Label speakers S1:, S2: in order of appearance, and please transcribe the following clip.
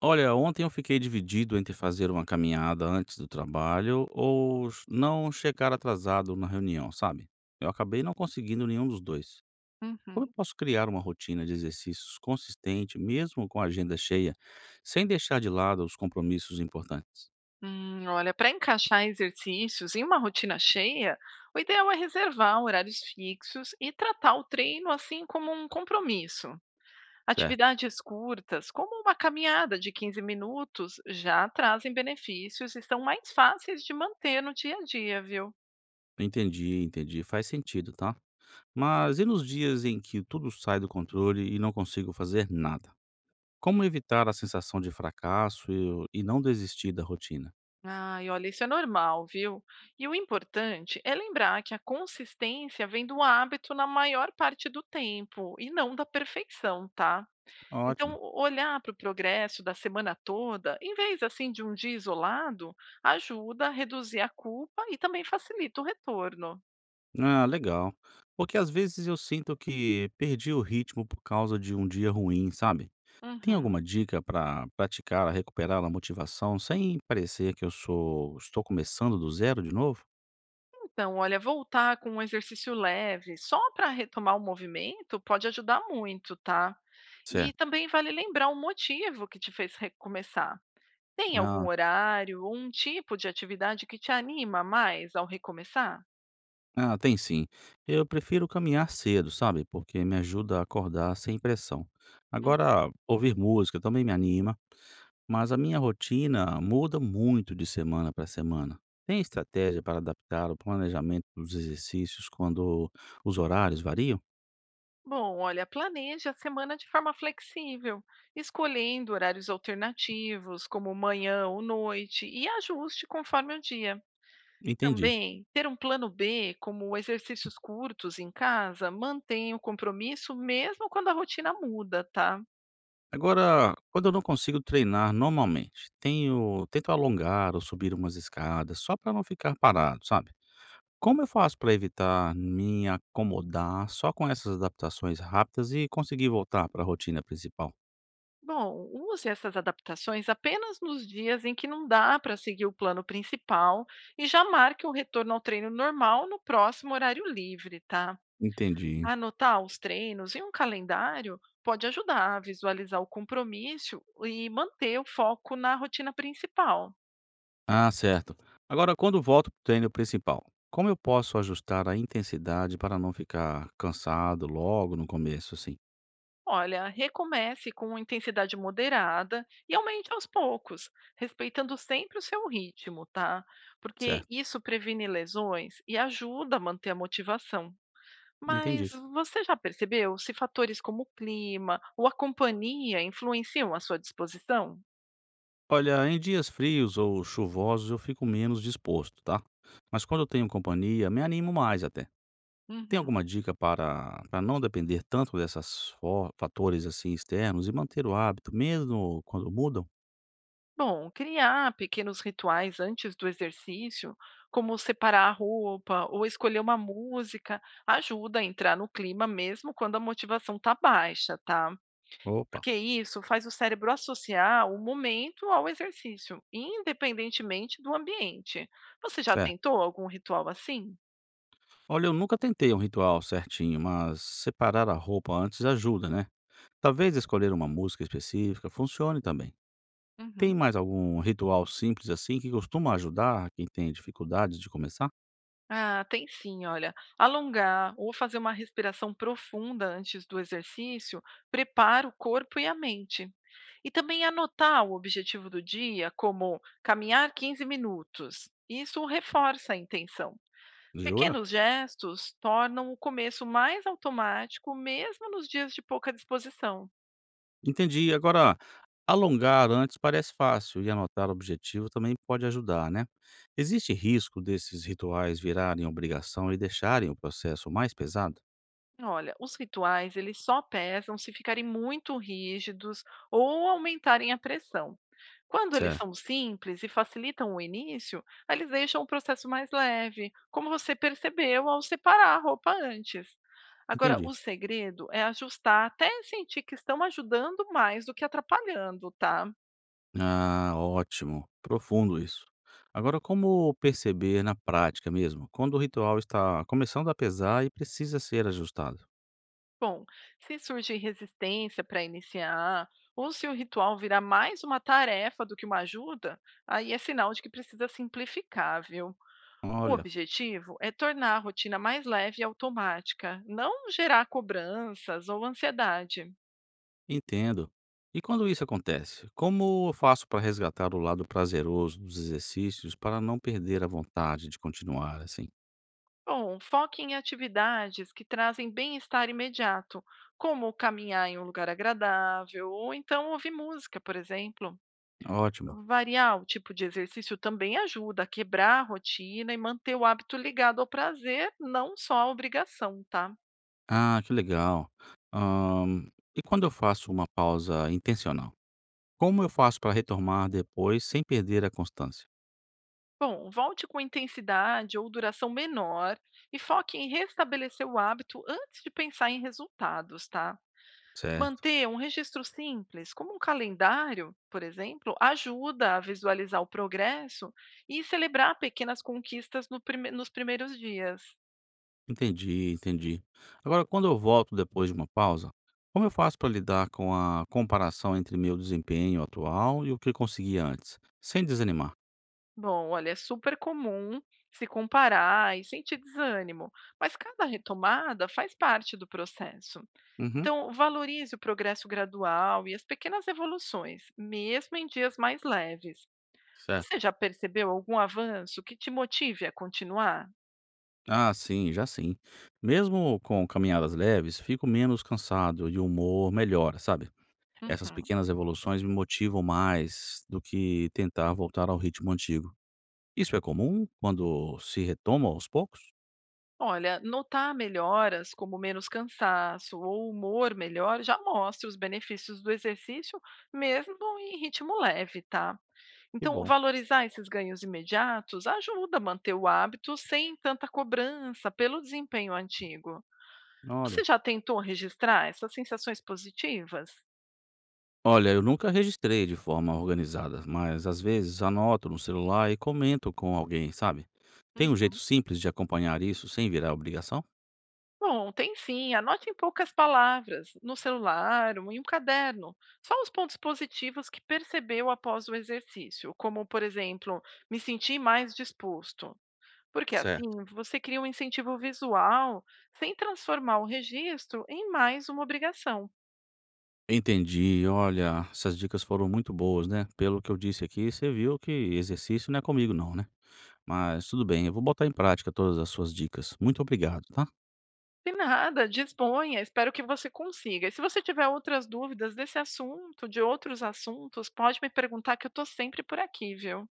S1: Olha, ontem eu fiquei dividido entre fazer uma caminhada antes do trabalho ou não chegar atrasado na reunião, sabe? Eu acabei não conseguindo nenhum dos dois.
S2: Uhum.
S1: Como eu posso criar uma rotina de exercícios consistente, mesmo com a agenda cheia, sem deixar de lado os compromissos importantes?
S2: Olha, para encaixar exercícios em uma rotina cheia, o ideal é reservar horários fixos e tratar o treino assim como um compromisso.
S1: Certo.
S2: Atividades curtas, como uma caminhada de 15 minutos, já trazem benefícios e são mais fáceis de manter no dia a dia, viu?
S1: Entendi, entendi. Faz sentido, tá? Mas e nos dias em que tudo sai do controle e não consigo fazer nada? Como evitar a sensação de fracasso e não desistir da rotina?
S2: Ai, olha, isso é normal, viu? E o importante é lembrar que a consistência vem do hábito na maior parte do tempo e não da perfeição, tá? Então,
S1: Ótimo.
S2: olhar para o progresso da semana toda, em vez assim de um dia isolado, ajuda a reduzir a culpa e também facilita o retorno.
S1: Ah, legal. Porque às vezes eu sinto que perdi o ritmo por causa de um dia ruim, sabe? Tem
S2: Uhum.
S1: alguma dica para praticar, recuperar a motivação sem parecer que eu sou estou começando do zero de novo?
S2: Então, olha, voltar com um exercício leve só para retomar o movimento pode ajudar muito, tá? E
S1: Certo.
S2: também vale lembrar o motivo que te fez recomeçar. Tem algum
S1: Ah,
S2: horário ou um tipo de atividade que te anima mais ao recomeçar?
S1: ah, tem sim. Eu prefiro caminhar cedo, sabe? Porque me ajuda a acordar sem pressão. Agora, ouvir música também me anima. Mas a minha rotina muda muito de semana para semana. Tem estratégia para adaptar o planejamento dos exercícios quando os horários variam?
S2: Bom, olha, planeje a semana de forma flexível, escolhendo horários alternativos, como manhã ou noite, e ajuste conforme o dia.
S1: Entendi.
S2: Também, ter um plano B, como exercícios curtos em casa, mantém o compromisso mesmo quando a rotina muda, tá?
S1: Agora, quando eu não consigo treinar normalmente, tento alongar ou subir umas escadas só para não ficar parado, sabe? Como eu faço para evitar me acomodar só com essas adaptações rápidas e conseguir voltar para a rotina principal?
S2: Bom, use essas adaptações apenas nos dias em que não dá para seguir o plano principal e já marque o retorno ao treino normal no próximo horário livre, tá?
S1: Entendi.
S2: Anotar os treinos em um calendário pode ajudar a visualizar o compromisso e manter o foco na rotina principal.
S1: Ah, certo. Agora, quando volto para o treino principal, como eu posso ajustar a intensidade para não ficar cansado logo no começo, assim?
S2: Olha, recomece com intensidade moderada e aumente aos poucos, respeitando sempre o seu ritmo, tá? Porque
S1: Certo,
S2: isso previne lesões e ajuda a manter a motivação.
S1: entendi.
S2: Mas você já percebeu se fatores como o clima ou a companhia influenciam a sua disposição?
S1: Olha, em dias frios ou chuvosos eu fico menos disposto, tá? Mas quando eu tenho companhia, me animo mais até. Tem
S2: Uhum.
S1: alguma dica para não depender tanto desses fatores assim externos e manter o hábito mesmo quando mudam?
S2: Bom, criar pequenos rituais antes do exercício, como separar a roupa ou escolher uma música, ajuda a entrar no clima mesmo quando a motivação está baixa, tá?
S1: Opa,
S2: Porque isso faz o cérebro associar o momento ao exercício, independentemente do ambiente. Você já
S1: certo.
S2: tentou algum ritual assim?
S1: Olha, eu nunca tentei um ritual certinho, mas separar a roupa antes ajuda, né? Talvez escolher uma música específica funcione também. Tem
S2: Uhum.
S1: mais algum ritual simples assim que costuma ajudar quem tem dificuldades de começar?
S2: Ah, tem sim, olha. Alongar ou fazer uma respiração profunda antes do exercício prepara o corpo e a mente. E também anotar o objetivo do dia, como caminhar 15 minutos. Isso reforça a intenção.
S1: Jura?
S2: Pequenos gestos tornam o começo mais automático, mesmo nos dias de pouca disposição.
S1: Entendi. Agora, alongar antes parece fácil e anotar objetivo também pode ajudar, né? Existe risco desses rituais virarem obrigação e deixarem o processo mais pesado?
S2: Olha, os rituais, eles só pesam se ficarem muito rígidos ou aumentarem a pressão. Quando eles
S1: Certo.
S2: são simples e facilitam o início, eles deixam o processo mais leve, como você percebeu ao separar a roupa antes. Agora, o
S1: Entendi.
S2: segredo é ajustar até sentir que estão ajudando mais do que atrapalhando, tá?
S1: Ah, ótimo. Profundo isso. Agora, como perceber na prática mesmo, quando o ritual está começando a pesar e precisa ser ajustado?
S2: Bom, se surge resistência para iniciar, ou se o ritual virar mais uma tarefa do que uma ajuda, aí é sinal de que precisa simplificar, viu? O
S1: Olha,
S2: objetivo é tornar a rotina mais leve e automática, não gerar cobranças ou ansiedade.
S1: entendo. E quando isso acontece, como eu faço para resgatar o lado prazeroso dos exercícios para não perder a vontade de continuar assim?
S2: Bom, foque em atividades que trazem bem-estar imediato, como caminhar em um lugar agradável ou então ouvir música, por exemplo.
S1: Ótimo.
S2: Variar o tipo de exercício também ajuda a quebrar a rotina e manter o hábito ligado ao prazer, não só à obrigação, tá?
S1: Ah, que legal. Ahn, e quando eu faço uma pausa intencional, como eu faço para retomar depois sem perder a constância?
S2: Bom, volte com intensidade ou duração menor e foque em restabelecer o hábito antes de pensar em resultados, tá?
S1: Certo.
S2: Manter um registro simples, como um calendário, por exemplo, ajuda a visualizar o progresso e celebrar pequenas conquistas no prime- nos primeiros dias.
S1: Entendi, entendi. Agora, quando eu volto depois de uma pausa, como eu faço para lidar com a comparação entre meu desempenho atual e o que eu consegui antes, sem desanimar?
S2: Bom, olha, é super comum se comparar e sentir desânimo, mas cada retomada faz parte do processo.
S1: Uhum.
S2: Então, valorize o progresso gradual e as pequenas evoluções, mesmo em dias mais leves. Você
S1: Certo.
S2: já percebeu algum avanço que te motive a continuar?
S1: Ah, sim, já sim. Mesmo com caminhadas leves, fico menos cansado e o humor melhora, sabe? Essas
S2: Uhum.
S1: pequenas evoluções me motivam mais do que tentar voltar ao ritmo antigo. Isso é comum quando se retoma aos poucos?
S2: Olha, notar melhoras, como menos cansaço ou humor melhor, já mostra os benefícios do exercício, mesmo em ritmo leve, tá?
S1: Que
S2: Então,
S1: bom.
S2: valorizar esses ganhos imediatos ajuda a manter o hábito sem tanta cobrança pelo desempenho antigo. Você
S1: Olha.
S2: já tentou registrar essas sensações positivas?
S1: Olha, eu nunca registrei de forma organizada, mas às vezes anoto no celular e comento com alguém, sabe? Tem um jeito simples de acompanhar isso sem virar obrigação?
S2: Bom, tem sim. Anote em poucas palavras, no celular ou em um caderno, só os pontos positivos que percebeu após o exercício, como, por exemplo, me senti mais disposto. Porque assim
S1: Certo.
S2: você cria um incentivo visual sem transformar o registro em mais uma obrigação.
S1: Entendi. Olha, essas dicas foram muito boas, né. Pelo que eu disse aqui, você viu que exercício não é comigo não, né. Mas tudo bem, eu vou botar em prática todas as suas dicas. Muito obrigado, tá.
S2: E nada, disponha, espero que você consiga. E se você tiver outras dúvidas desse assunto, de outros assuntos, pode me perguntar que eu estou sempre por aqui, viu?